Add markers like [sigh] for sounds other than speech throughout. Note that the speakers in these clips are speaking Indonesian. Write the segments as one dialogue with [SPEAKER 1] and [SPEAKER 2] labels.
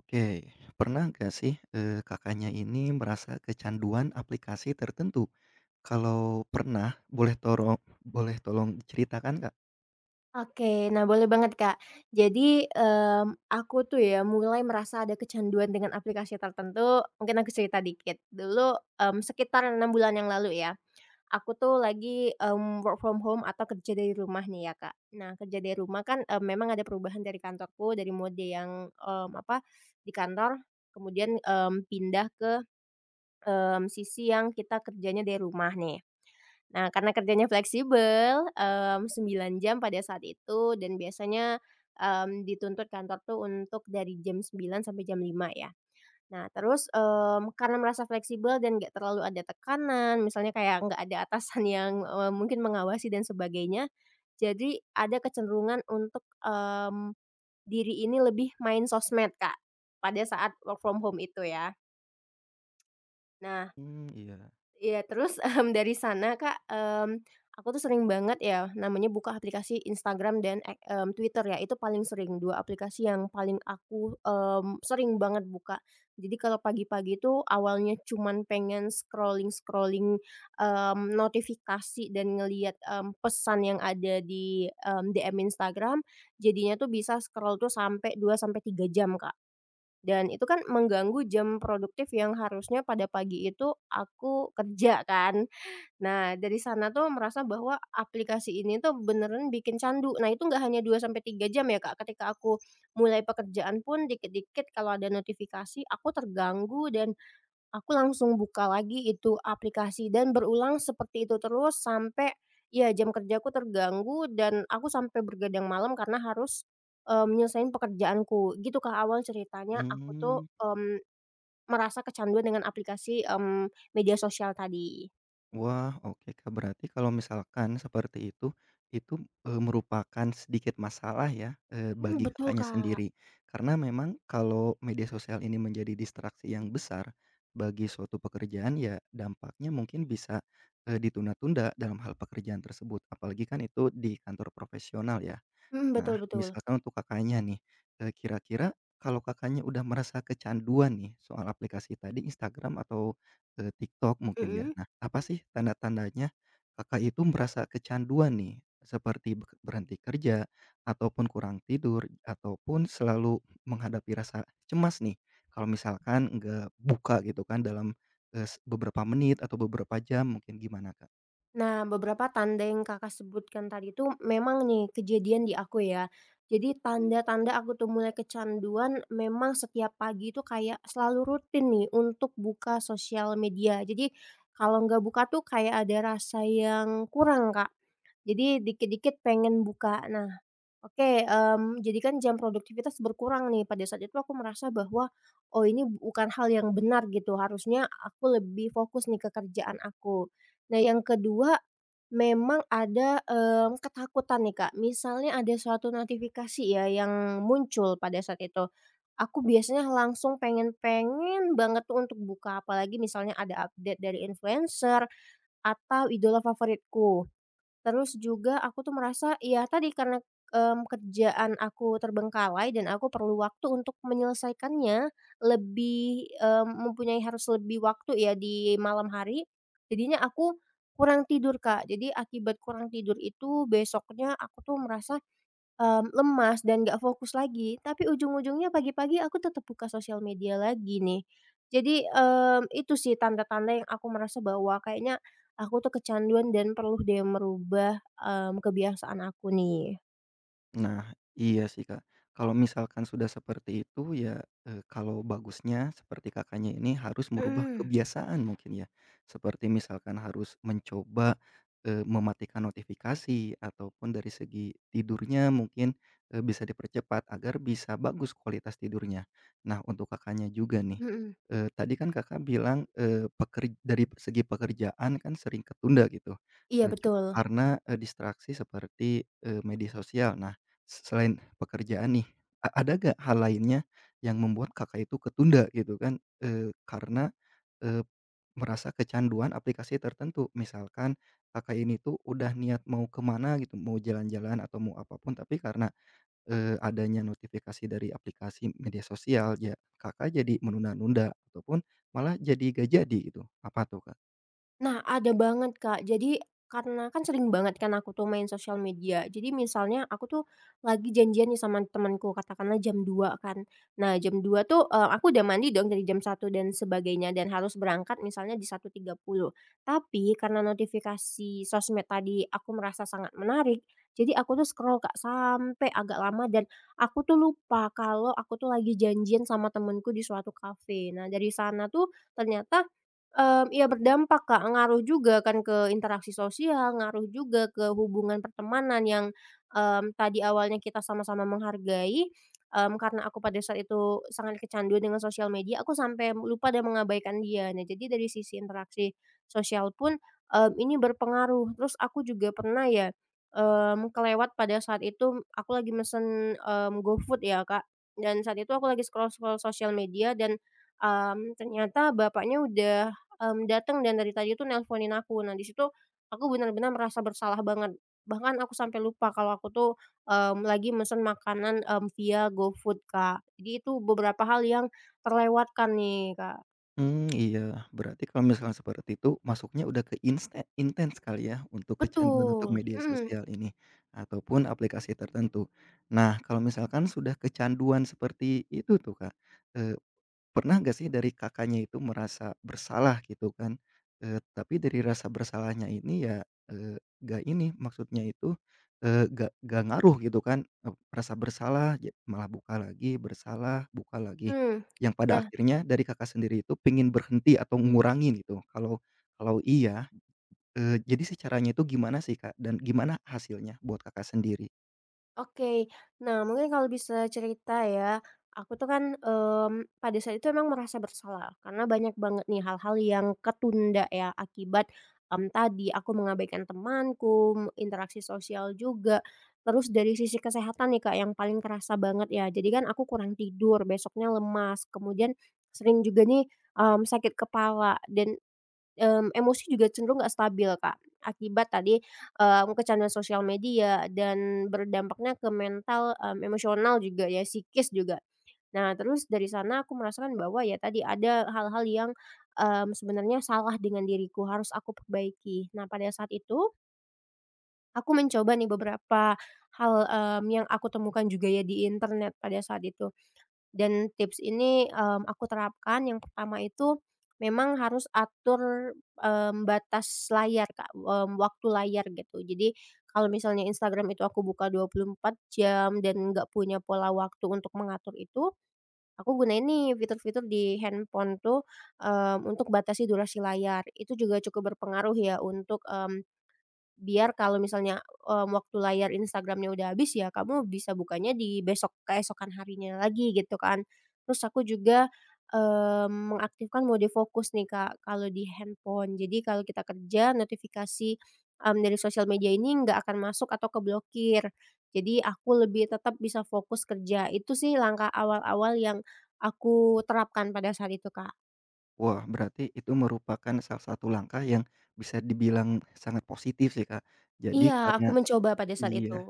[SPEAKER 1] Oke, pernah nggak sih, Kakaknya ini merasa kecanduan aplikasi tertentu? Kalau pernah, boleh toro boleh tolong diceritakan, Kak?
[SPEAKER 2] Oke, nah boleh banget Kak. Jadi, aku tuh ya mulai merasa ada kecanduan dengan aplikasi tertentu, mungkin aku cerita dikit. Dulu, sekitar 6 bulan yang lalu ya, aku tuh lagi, work from home atau kerja dari rumah nih ya Kak. Nah kerja dari rumah kan, memang ada perubahan dari kantorku dari mode yang, apa, di kantor kemudian, pindah ke sisi yang kita kerjanya dari rumah nih. Nah, karena kerjanya fleksibel, 9 jam pada saat itu dan biasanya, dituntut kantor tuh untuk dari jam sembilan sampai jam lima ya. Nah, terus, karena merasa fleksibel dan nggak terlalu ada tekanan, misalnya kayak nggak ada atasan yang, mungkin mengawasi dan sebagainya, jadi ada kecenderungan untuk, diri ini lebih main sosmed, Kak, pada saat work from home itu ya. Nah,
[SPEAKER 1] Mmm, iya.
[SPEAKER 2] iya. Terus, dari sana Kak, aku tuh sering banget ya namanya buka aplikasi Instagram dan Twitter ya, itu paling sering, 2 aplikasi yang paling aku, sering banget buka. Jadi kalau pagi-pagi tuh awalnya cuman pengen scrolling-scrolling, notifikasi dan ngelihat, pesan yang ada di, DM Instagram, jadinya tuh bisa scroll tuh sampai 2 sampai 3 jam Kak. Dan itu kan mengganggu jam produktif yang harusnya pada pagi itu aku kerja kan. Nah, dari sana tuh merasa bahwa aplikasi ini tuh beneran bikin candu. Nah, itu nggak hanya 2 sampai 3 jam ya, Kak. Ketika aku mulai pekerjaan pun dikit-dikit kalau ada notifikasi aku terganggu dan aku langsung buka lagi itu aplikasi dan berulang seperti itu terus sampai, ya, jam kerjaku terganggu dan aku sampai bergadang malam karena harus, menyelesaikan pekerjaanku. Gitu Kak awal ceritanya aku tuh,
[SPEAKER 1] Mmm.
[SPEAKER 2] merasa kecanduan dengan aplikasi, media sosial tadi.
[SPEAKER 1] Wah, oke, Kak. Berarti kalau misalkan seperti itu, merupakan sedikit masalah ya,
[SPEAKER 2] Mhm,
[SPEAKER 1] bagi
[SPEAKER 2] betul
[SPEAKER 1] Kakaknya
[SPEAKER 2] Kak.
[SPEAKER 1] sendiri. Karena memang kalau media sosial ini menjadi distraksi yang besar bagi suatu pekerjaan, ya dampaknya mungkin bisa, ditunda-tunda dalam hal pekerjaan tersebut. Apalagi kan itu di kantor profesional ya.
[SPEAKER 2] Mhm,
[SPEAKER 1] Nah,
[SPEAKER 2] betul betul.
[SPEAKER 1] misalkan untuk Kakaknya nih, kira-kira kalau Kakaknya udah merasa kecanduan nih soal aplikasi tadi Instagram atau, TikTok mungkin ya.
[SPEAKER 2] Mhm.
[SPEAKER 1] Nah, apa sih tanda-tandanya Kakak itu merasa kecanduan nih? Seperti berhenti kerja, ataupun kurang tidur, ataupun selalu menghadapi rasa cemas nih, kalau misalkan nggak buka gitu kan dalam, eee, s beberapa menit atau beberapa jam mungkin gimana, Kak?
[SPEAKER 2] Nah, beberapa tanda yang Kakak sebutkan tadi itu memang nih kejadian di aku ya. Jadi tanda-tanda aku tuh mulai kecanduan memang setiap pagi itu kayak selalu rutin nih untuk buka sosial media. Jadi kalau nggak buka tuh kayak ada rasa yang kurang, Kak. Jadi dikit-dikit pengen buka. Nah, oke, jadi kan jam produktivitas berkurang nih, pada saat itu aku merasa bahwa, "Oh ini bukan hal yang benar gitu, harusnya aku lebih fokus nih ke kerjaan aku." Nah yang kedua, memang ada, ketakutan nih Kak, misalnya ada suatu notifikasi ya yang muncul pada saat itu, aku biasanya langsung pengen pengen banget tuh untuk buka, apalagi misalnya ada update dari influencer atau idola favoritku. Terus juga aku tuh merasa ya tadi karena, kerjaan aku terbengkalai dan aku perlu waktu untuk menyelesaikannya lebih, mempunyai harus lebih waktu ya di malam hari, jadinya aku kurang tidur, Kak. Jadi akibat kurang tidur itu besoknya aku tuh merasa lemas dan nggak fokus lagi, tapi ujung-ujungnya pagi-pagi aku tetap buka sosial media lagi nih. Jadi, itu sih tanda-tanda yang aku merasa bahwa kayaknya aku tuh kecanduan dan perlu deh merubah, kebiasaan aku nih.
[SPEAKER 1] Nah, iya sih, Kak. Kalau misalkan sudah seperti itu ya, kalau bagusnya seperti Kakaknya ini harus
[SPEAKER 2] Mhm,
[SPEAKER 1] merubah
[SPEAKER 2] mhm.
[SPEAKER 1] kebiasaan mungkin ya. Seperti misalkan harus mencoba, mematikan notifikasi ataupun dari segi tidurnya mungkin, bisa dipercepat agar bisa bagus kualitas tidurnya. Nah, untuk Kakaknya juga nih,
[SPEAKER 2] Mhm,
[SPEAKER 1] tadi kan Kakak bilang, eee, peker dari segi pekerjaan kan sering ketunda gitu,
[SPEAKER 2] iya
[SPEAKER 1] eee, cu
[SPEAKER 2] betul.
[SPEAKER 1] karena, distraksi seperti, media sosial. Nah, selain pekerjaan nih, ada gak hal lainnya yang membuat Kakak itu ketunda gitu kan, karena, eee, merasa kecanduan aplikasi tertentu? Misalkan Kakak ini tuh udah niat mau kemana gitu, mau jalan-jalan atau mau apapun tapi karena, adanya notifikasi dari aplikasi media sosial, ya Kakak jadi menunda-nunda ataupun malah jadi nggak jadi gitu, apa tuh, Kak?
[SPEAKER 2] Nah, ada banget, Kak. Jadi, karena kan sering banget kan aku tuh main sosial media. Jadi misalnya aku tuh lagi janjian nih sama temanku, katakanlah jam 2 kan. Nah, jam 2 tuh, aku udah mandi dong dari jam satu dan sebagainya dan harus berangkat misalnya di satu tiga puluh. Tapi karena notifikasi sosmed tadi aku merasa sangat menarik, jadi aku tuh scroll, Kak, sampai agak lama dan aku tuh lupa kalau aku tuh lagi janjian sama temanku di suatu kafe. Nah, dari sana tuh ternyata iya, berdampak, Kak, ngaruh juga kan ke interaksi sosial, ngaruh juga ke hubungan pertemanan yang, tadi awalnya kita sama-sama menghargai, karena aku pada saat itu sangat kecanduan dengan sosial media, aku sampai lupa dan mengabaikan dia. Nah, jadi dari sisi interaksi sosial pun, ini berpengaruh. Terus aku juga pernah ya, kelewat pada saat itu aku lagi mesen, GoFood ya, Kak, dan saat itu aku lagi scroll-scroll sosial media dan, ternyata bapaknya udah datang dan dari tadi tuh nelponin aku. Nah, di situ aku benar-benar merasa bersalah banget. Bahkan aku sampai lupa kalau aku tuh, lagi mesen makanan, via GoFood, Kak. Jadi itu beberapa hal yang terlewatkan nih, Kak.
[SPEAKER 1] Mmm, iya. Berarti kalau misalkan seperti itu, masuknya udah ke intens kali ya, untuk kecanduan untuk
[SPEAKER 2] Betul,
[SPEAKER 1] media
[SPEAKER 2] mhm
[SPEAKER 1] sosial ini, ataupun aplikasi tertentu. Nah, kalau misalkan sudah kecanduan seperti itu tuh, Kak, eee pernah gak sih dari Kakaknya itu merasa bersalah gitu kan, tapi dari rasa bersalahnya ini ya, nggak ini maksudnya itu, eee, nggak ngaruh gitu kan, merasa bersalah ja malah buka lagi, bersalah, buka lagi,
[SPEAKER 2] mhm.
[SPEAKER 1] yang pada
[SPEAKER 2] Nah,
[SPEAKER 1] akhirnya dari Kakak sendiri itu pingin berhenti atau ngurangin gitu? Kalau kalau iya, jadi sih caranya itu gimana sih, Kak? Dan gimana hasilnya buat Kakak sendiri?
[SPEAKER 2] oke. Nah, mungkin kalau bisa cerita ya, aku tuh kan, pada saat itu emang merasa bersalah karena banyak banget nih hal-hal yang ketunda ya akibat, tadi aku mengabaikan temanku, interaksi sosial juga. Terus dari sisi kesehatan nih, Kak, yang paling kerasa banget ya. Jadi kan aku kurang tidur, besoknya lemas, kemudian sering juga nih, sakit kepala dan emosi juga cenderung nggak stabil, Kak, akibat tadi, kecanduan sosial media dan berdampaknya ke mental, emosional juga ya, psikis juga. Nah, terus dari sana aku merasakan bahwa ya tadi ada hal-hal yang, sebenarnya salah dengan diriku, harus aku perbaiki. Nah, pada saat itu aku mencoba nih beberapa hal, yang aku temukan juga ya di internet pada saat itu. Dan tips ini, aku terapkan yang pertama itu memang harus atur, batas layar, Kak, waktu layar gitu. Jadi kalau misalnya Instagram itu aku buka 24 jam dan nggak punya pola waktu untuk mengatur itu, aku gunain nih fitur-fitur di handphone tuh, untuk batasi durasi layar. Itu juga cukup berpengaruh ya untuk, biar kalau misalnya, waktu layar Instagramnya udah habis ya kamu bisa bukanya di besok keesokan harinya lagi gitu kan. Terus aku juga, mengaktifkan mode fokus nih Kak, kalau di handphone. Jadi kalau kita kerja notifikasi, dari sosial media ini nggak akan masuk atau keblokir. Jadi aku lebih tetap bisa fokus kerja. Itu sih langkah awal-awal yang aku terapkan pada saat itu Kak.
[SPEAKER 1] Wah, berarti itu merupakan salah satu langkah yang bisa dibilang sangat positif sih, Kak. Jadi
[SPEAKER 2] Iya,
[SPEAKER 1] karena
[SPEAKER 2] aku mencoba pada saat
[SPEAKER 1] iya. Iya.
[SPEAKER 2] itu.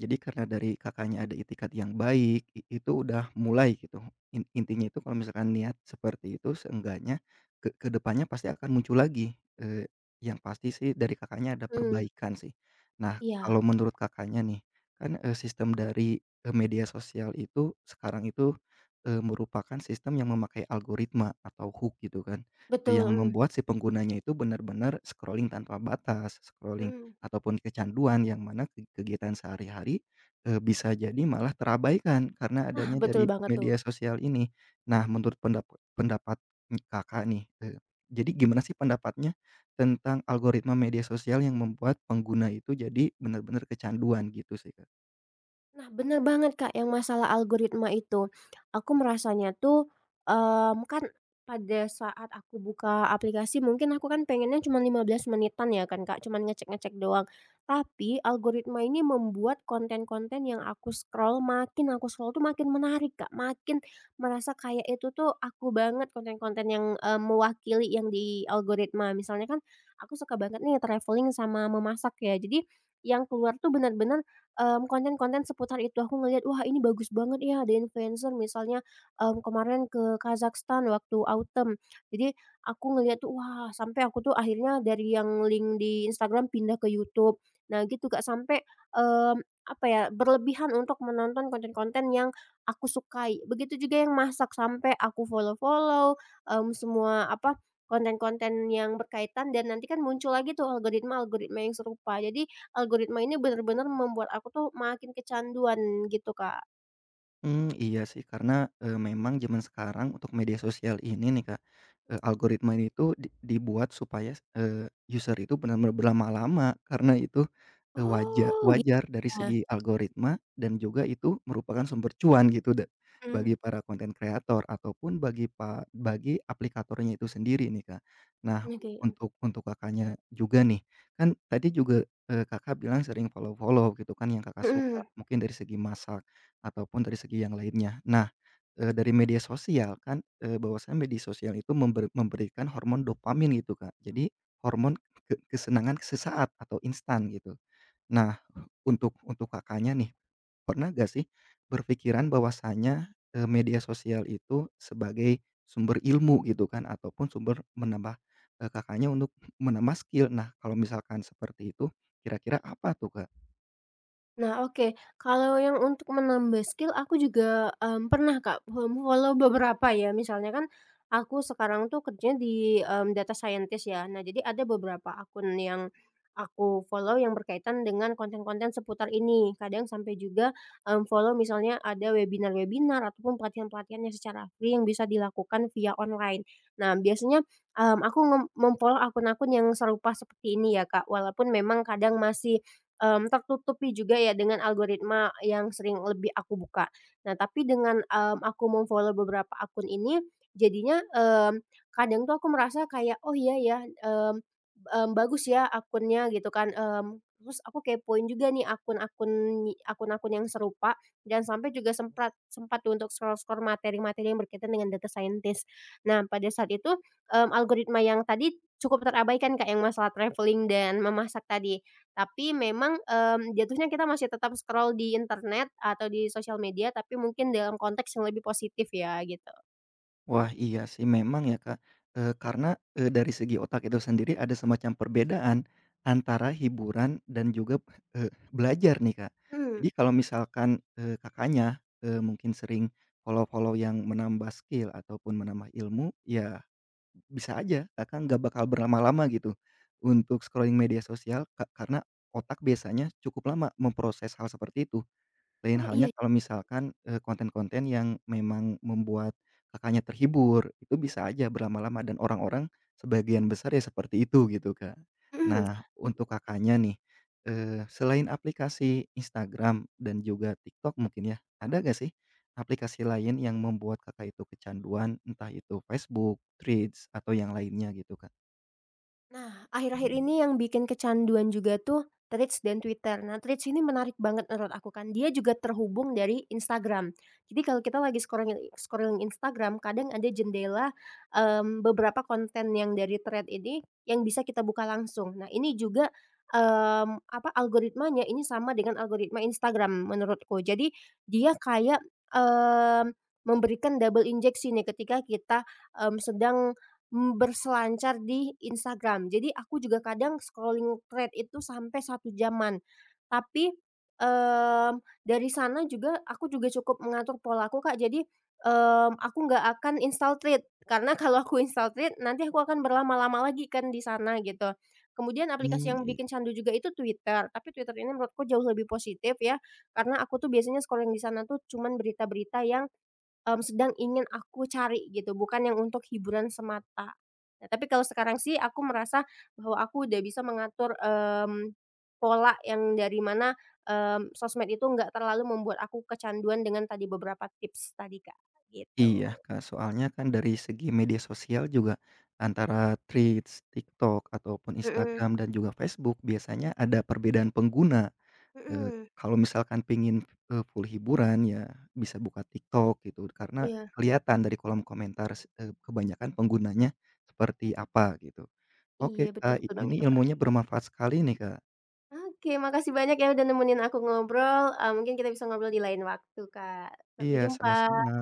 [SPEAKER 1] Jadi karena dari Kakaknya ada itikad yang baik, itu udah mulai gitu. Intinya itu kalau misalkan niat seperti itu seenggaknya ke depannya pasti akan muncul lagi, yang pasti sih dari Kakaknya ada
[SPEAKER 2] Mhm,
[SPEAKER 1] perbaikan sih. Nah, kalau
[SPEAKER 2] iya,
[SPEAKER 1] menurut Kakaknya nih, kan, sistem dari, media sosial itu sekarang itu, merupakan sistem yang memakai algoritma atau hook gitu kan,
[SPEAKER 2] betul,
[SPEAKER 1] yang
[SPEAKER 2] mhm,
[SPEAKER 1] membuat si penggunanya itu benar-benar scrolling tanpa batas, scrolling
[SPEAKER 2] mhm.
[SPEAKER 1] ataupun kecanduan yang mana ke kegiatan sehari-hari, bisa jadi malah terabaikan karena
[SPEAKER 2] Nah,
[SPEAKER 1] adanya
[SPEAKER 2] betul
[SPEAKER 1] dari
[SPEAKER 2] banget tuh.
[SPEAKER 1] media sosial ini. Nah, menurut pendapat Kakak nih, jadi gimana sih pendapatnya tentang algoritma media sosial yang membuat pengguna itu jadi benar-benar kecanduan gitu sih, Kak?
[SPEAKER 2] Nah, bener banget, Kak, yang masalah algoritma itu. Aku merasanya tuh, kan pada saat aku buka aplikasi mungkin aku kan pengennya cuma 15 menitan ya kan, Kak, cuman ngecek-ngecek doang. Tapi algoritma ini membuat konten-konten yang aku scroll, makin aku scroll tuh makin menarik, Kak, makin merasa kayak itu tuh aku banget konten-konten yang, mewakili yang di algoritma. Misalnya kan aku suka banget nih traveling sama memasak ya, jadi yang keluar tuh benar benar konten-konten seputar itu. Aku ngelihat, "Wah, ini bagus banget ya," ada influencer misalnya, kemarin ke Kazakhstan waktu Autumn. Jadi aku ngelihat tuh, wah, sampai aku tuh akhirnya dari yang link di Instagram pindah ke YouTube. Nah gitu, Kak, sampai, mmm, apa ya, berlebihan untuk menonton konten-konten yang aku sukai. Begitu juga yang masak, sampai aku follow-follow, semua apa, konten-konten yang berkaitan dan nanti kan muncul lagi tuh algoritma-algoritma yang serupa. Jadi algoritma ini bener-bener membuat aku tuh makin kecanduan gitu, Kak.
[SPEAKER 1] Hmm, iya sih karena, memang zaman sekarang untuk media sosial ini nih Kak, algoritma itu dibuat supaya, user itu benar-benar berlama-lama karena itu, eee, waja
[SPEAKER 2] Oh, gitu
[SPEAKER 1] wajar dari
[SPEAKER 2] ya?
[SPEAKER 1] segi algoritma dan juga itu merupakan sumber cuan gitu bagi
[SPEAKER 2] Mhm.
[SPEAKER 1] para konten kreator ataupun bagi bagi aplikatornya itu sendiri nih Kak. Nah,
[SPEAKER 2] Oke,
[SPEAKER 1] untuk Kakaknya juga nih, kan tadi juga, Kakak bilang sering follow-follow gitu kan yang Kakak suka
[SPEAKER 2] mhm.
[SPEAKER 1] mungkin dari segi masak. Ataupun dari segi yang lainnya. Nah, dari media sosial kan, bahwasanya media sosial itu memberikan hormon dopamin gitu, Kak. Jadi hormon kesenangan sesaat atau instan gitu. Nah, untuk Kakaknya nih, pernah nggak sih berpikiran bahwasanya, media sosial itu sebagai sumber ilmu gitu kan, ataupun sumber menambah, Kakaknya untuk menambah skill. Nah, kalau misalkan seperti itu, kira-kira apa tuh, Kak?
[SPEAKER 2] Nah, oke. Kalau yang untuk menambah skill aku juga, pernah Kak, follow beberapa ya. Misalnya kan aku sekarang tuh kerjanya di, data scientist ya. Nah, jadi ada beberapa akun yang aku follow yang berkaitan dengan konten-konten seputar ini. Kadang sampai juga, follow misalnya ada webinar-webinar ataupun pelatihan-pelatihan yang secara free yang bisa dilakukan via online. Nah, biasanya, aku mem mem akun-akun yang serupa seperti ini ya Kak, walaupun memang kadang masih tertutupi juga ya dengan algoritma yang sering lebih aku buka. Nah, tapi dengan, aku mem-follow beberapa akun ini jadinya, kadang tuh aku merasa kayak, "Oh iya ya, bagus ya akunnya," gitu kan, terus aku kepoin juga nih akun-akun akun-akun yang serupa dan sampai juga sempat sempat tuh untuk scroll-scroll materi-materi yang berkaitan dengan data scientist. Nah, pada saat itu, algoritma yang tadi cukup terabaikan kayak yang masalah traveling dan memasak tadi. Tapi memang, jatuhnya kita masih tetap scroll di internet atau di sosial media, tapi mungkin dalam konteks yang lebih positif ya, gitu.
[SPEAKER 1] Wah, iya sih memang ya Kak, karena, dari segi otak itu sendiri ada semacam perbedaan antara hiburan dan juga, belajar nih Kak.
[SPEAKER 2] Mmm,
[SPEAKER 1] Jadi kalau misalkan, Kakaknya, mungkin sering follow-follow yang menambah skill ataupun menambah ilmu, ya bisa aja Kakak nggak bakal berlama-lama gitu untuk scrolling media sosial karena otak biasanya cukup lama memproses hal seperti itu. Lain
[SPEAKER 2] oh
[SPEAKER 1] halnya
[SPEAKER 2] iya,
[SPEAKER 1] kalau misalkan, konten-konten yang memang membuat Kakaknya terhibur, itu bisa aja berlama-lama dan orang-orang sebagian besar ya seperti itu gitu, Kak.
[SPEAKER 2] mhm.
[SPEAKER 1] Nah, untuk Kakaknya nih, selain aplikasi Instagram dan juga TikTok mungkin ya, ada nggak sih aplikasi lain yang membuat Kakak itu kecanduan, entah itu Facebook, Threads, atau yang lainnya gitu, Kak?
[SPEAKER 2] Nah, akhir-akhir ini yang bikin kecanduan juga tuh Threads dan Twitter. Nah, Threads ini menarik banget menurut aku kan, dia juga terhubung dari Instagram. Jadi kalau kita lagi scrolling scrolling Instagram, kadang ada jendela, beberapa konten yang dari Thread ini yang bisa kita buka langsung. Nah, ini juga, apa, algoritmanya ini sama dengan algoritma Instagram menurutku. Jadi dia kayak, mmm, memberikan double injeksi nih ketika kita, sedang berselancar di Instagram. Jadi aku juga kadang scrolling thread itu sampai satu jaman. Tapi, mmm, dari sana juga aku juga cukup mengatur polaku, Kak. Jadi, aku nggak akan install thread, karena [laughs] kalau aku install thread nanti aku akan berlama-lama lagi kan di sana gitu. Kemudian aplikasi
[SPEAKER 1] Mmm.
[SPEAKER 2] yang bikin candu juga itu Twitter, tapi Twitter ini menurutku jauh lebih positif ya, karena aku tuh biasanya scrolling di sana tuh cuman berita-berita yang sedang ingin aku cari gitu, bukan yang untuk hiburan semata. Nah, tapi kalau sekarang sih aku merasa bahwa aku udah bisa mengatur, pola yang dari mana, sosmed itu nggak terlalu membuat aku kecanduan dengan tadi beberapa tips tadi, Kak, gitu.
[SPEAKER 1] Iya, Kak, soalnya kan dari segi media sosial juga antara Threads, TikTok, ataupun
[SPEAKER 2] Mhm.
[SPEAKER 1] Instagram dan juga Facebook biasanya ada perbedaan pengguna. Eee,
[SPEAKER 2] Mhm.
[SPEAKER 1] kalau misalkan pingin full hiburan ya bisa buka TikTok gitu karena
[SPEAKER 2] Iya.
[SPEAKER 1] kelihatan dari kolom komentar eh, kebanyakan penggunanya seperti apa gitu.
[SPEAKER 2] Iya,
[SPEAKER 1] Oke,
[SPEAKER 2] betul
[SPEAKER 1] Kak,
[SPEAKER 2] betul banget
[SPEAKER 1] ini
[SPEAKER 2] tuh, Kak.
[SPEAKER 1] ilmunya bermanfaat sekali nih, Kak.
[SPEAKER 2] Oke, makasih banyak ya udah nemenin aku ngobrol, mungkin kita bisa ngobrol di lain waktu, Kak. Sampai
[SPEAKER 1] Iya,
[SPEAKER 2] jumpa.
[SPEAKER 1] sama-sama.